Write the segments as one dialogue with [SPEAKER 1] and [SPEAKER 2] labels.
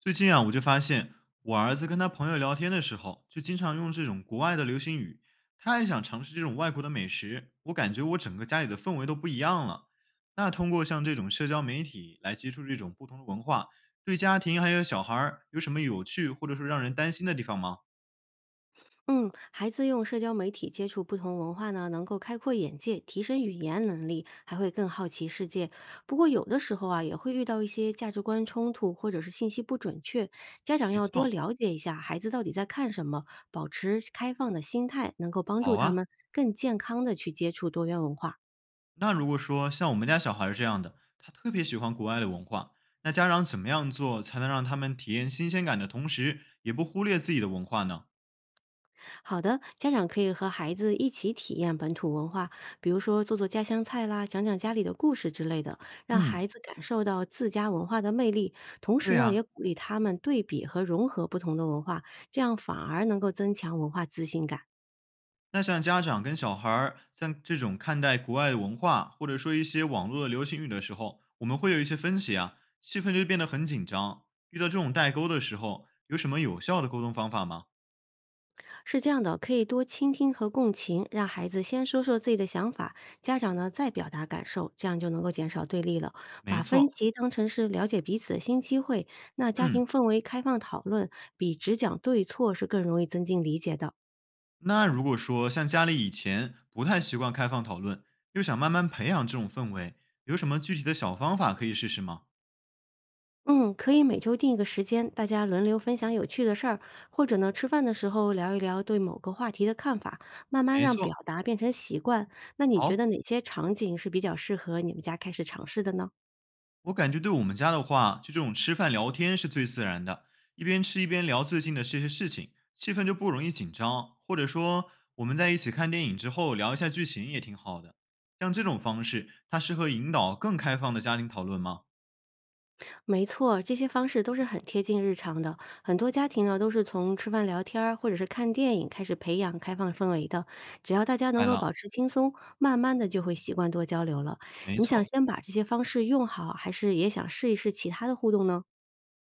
[SPEAKER 1] 最近啊，我就发现我儿子跟他朋友聊天的时候，就经常用这种国外的流行语，他也想尝试这种外国的美食。我感觉我整个家里的氛围都不一样了。那通过像这种社交媒体来接触这种不同的文化，对家庭还有小孩儿有什么有趣或者说让人担心的地方吗？
[SPEAKER 2] 嗯，孩子用社交媒体接触不同文化呢，能够开阔眼界，提升语言能力，还会更好奇世界。不过有的时候啊，也会遇到一些价值观冲突或者是信息不准确，家长
[SPEAKER 1] 没
[SPEAKER 2] 要多
[SPEAKER 1] 错，
[SPEAKER 2] 了解一下孩子到底在看什么，保持开放的心态，能够帮助
[SPEAKER 1] 好
[SPEAKER 2] 他
[SPEAKER 1] 啊。
[SPEAKER 2] 们更健康的去接触多元文化。
[SPEAKER 1] 那如果说像我们家小孩儿这样的，他特别喜欢国外的文化，那家长怎么样做才能让他们体验新鲜感的同时，也不忽略自己的文化呢？
[SPEAKER 2] 好的，家长可以和孩子一起体验本土文化，比如说做做家乡菜啦，讲讲家里的故事之类的，让
[SPEAKER 1] 嗯，
[SPEAKER 2] 孩子感受到自家文化的魅力。同时
[SPEAKER 1] 对
[SPEAKER 2] 呢，
[SPEAKER 1] 呀、
[SPEAKER 2] 也鼓励他们对比和融合不同的文化，这样反而能够增强文化自信感。
[SPEAKER 1] 那像家长跟小孩儿在这种看待国外的文化，或者说一些网络的流行语的时候，我们会有一些分歧啊，气氛就变得很紧张。遇到这种代沟的时候，有什么有效的沟通方法吗？
[SPEAKER 2] 是这样的，可以多倾听和共情，让孩子先说说自己的想法，家长呢再表达感受，这样就能够减少对立了。
[SPEAKER 1] 没
[SPEAKER 2] 把
[SPEAKER 1] 错，
[SPEAKER 2] 分歧当成是了解彼此的新机会，那家
[SPEAKER 1] 嗯，
[SPEAKER 2] 庭氛围开放讨论，比只讲对错是更容易增进理解的。
[SPEAKER 1] 那如果说像家里以前不太习惯开放讨论，又想慢慢培养这种氛围，有什么具体的小方法可以试试吗？
[SPEAKER 2] 嗯，可以每周定一个时间，大家轮流分享有趣的事儿，或者呢，吃饭的时候聊一聊对某个话题的看法，慢慢
[SPEAKER 1] 没
[SPEAKER 2] 让表
[SPEAKER 1] 错，
[SPEAKER 2] 达变成习惯。那你觉
[SPEAKER 1] 好。
[SPEAKER 2] 得哪些场景是比较适合你们家开始尝试的呢？
[SPEAKER 1] 我感觉对我们家的话，就这种吃饭聊天是最自然的，一边吃一边聊最近的这些事情，气氛就不容易紧张。或者说，我们在一起看电影之后聊一下剧情也挺好的。像这种方式，它适合引导更开放的家庭讨论吗？
[SPEAKER 2] 没错，这些方式都是很贴近日常的。很多家庭呢，都是从吃饭聊天儿或者是看电影开始培养开放氛围的。只要大家能
[SPEAKER 1] 爱
[SPEAKER 2] 够
[SPEAKER 1] 了，
[SPEAKER 2] 保持轻松，慢慢的就会习惯多交流了。
[SPEAKER 1] 没
[SPEAKER 2] 你想
[SPEAKER 1] 错。
[SPEAKER 2] 先把这些方式用好，还是也想试一试其他的互动呢？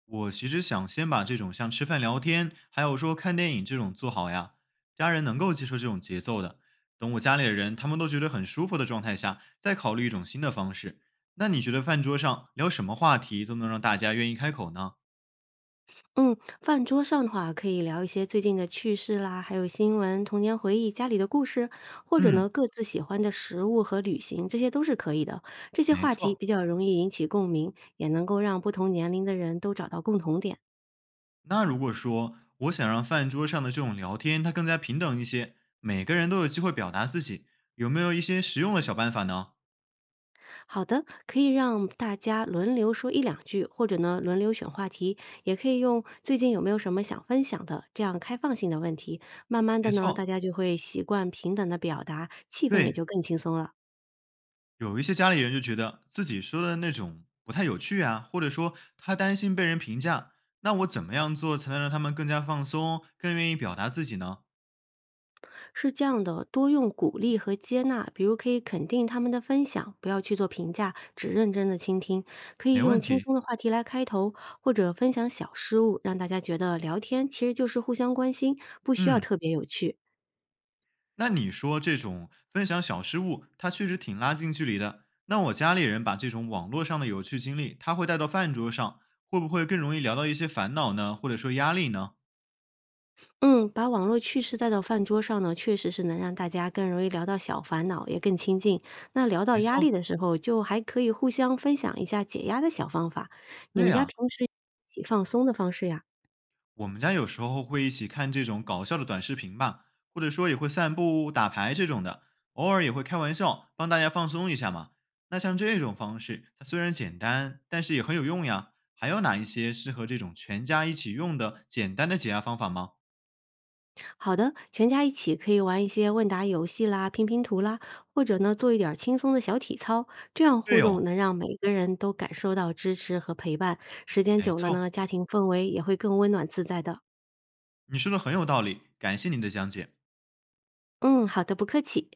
[SPEAKER 1] 我其实想先把这种像吃饭聊天，还有说看电影这种做好呀，家人能够接受这种节奏的。等我家里的人他们都觉得很舒服的状态下，再考虑一种新的方式。那你觉得饭桌上聊什么话题都能让大家愿意开口呢？
[SPEAKER 2] 嗯，饭桌上的话，可以聊一些最近的趣事啦，还有新闻、童年回忆、家里的故事，或者
[SPEAKER 1] 嗯，
[SPEAKER 2] 呢，各自喜欢的食物和旅行，这些都是可以的。这些
[SPEAKER 1] 没
[SPEAKER 2] 话题
[SPEAKER 1] 错。
[SPEAKER 2] 比较容易引起共鸣，也能够让不同年龄的人都找到共同点。
[SPEAKER 1] 那如果说我想让饭桌上的这种聊天它更加平等一些，每个人都有机会表达自己，有没有一些实用的小办法呢？
[SPEAKER 2] 好的，可以让大家轮流说一两句，或者呢，轮流选话题，也可以用最近有没有什么想分享的这样开放性的问题。慢慢的
[SPEAKER 1] 没
[SPEAKER 2] 呢，大
[SPEAKER 1] 错，
[SPEAKER 2] 家就会习惯平等的表达，气氛也
[SPEAKER 1] 对，
[SPEAKER 2] 就更轻松了。
[SPEAKER 1] 有一些家里人就觉得自己说的那种不太有趣啊，或者说他担心被人评价，那我怎么样做才能让他们更加放松，更愿意表达自己呢？
[SPEAKER 2] 是这样的，多用鼓励和接纳，比如可以肯定他们的分享，不要去做评价，只认真的倾听。可以
[SPEAKER 1] 没
[SPEAKER 2] 用
[SPEAKER 1] 问
[SPEAKER 2] 轻
[SPEAKER 1] 题，
[SPEAKER 2] 松的话题来开头，或者分享小失误，让大家觉得聊天其实就是互相关心，不需要
[SPEAKER 1] 嗯，
[SPEAKER 2] 特别有趣。
[SPEAKER 1] 那你说这种分享小失误，它确实挺拉近距离的。那我家里人把这种网络上的有趣经历，他会带到饭桌上，会不会更容易聊到一些烦恼呢，或者说压力呢？
[SPEAKER 2] 嗯，把网络趣事带到饭桌上呢，确实是能让大家更容易聊到小烦恼，也更亲近。那聊到
[SPEAKER 1] 没
[SPEAKER 2] 压力
[SPEAKER 1] 错，
[SPEAKER 2] 的时候，就还可以互相分享一下解压的小方法。你
[SPEAKER 1] 对
[SPEAKER 2] 们家
[SPEAKER 1] 呀、
[SPEAKER 2] 平时一起放松的方式呀？
[SPEAKER 1] 我们家有时候会一起看这种搞笑的短视频吧，或者说也会散步、打牌这种的，偶尔也会开玩笑，帮大家放松一下嘛。那像这种方式，它虽然简单，但是也很有用呀。还有哪一些适合这种全家一起用的简单的解压方法吗？
[SPEAKER 2] 好的，全家一起可以玩一些问答游戏啦、拼拼图啦，或者呢做一点儿轻松的小体操，这样互
[SPEAKER 1] 对哦，
[SPEAKER 2] 动能让每个人都感受到支持和陪伴。时间
[SPEAKER 1] 没
[SPEAKER 2] 久了
[SPEAKER 1] 错，
[SPEAKER 2] 呢，家庭氛围也会更温暖自在的。
[SPEAKER 1] 你说的很有道理，感谢您的讲解。
[SPEAKER 2] 嗯，好的，不客气。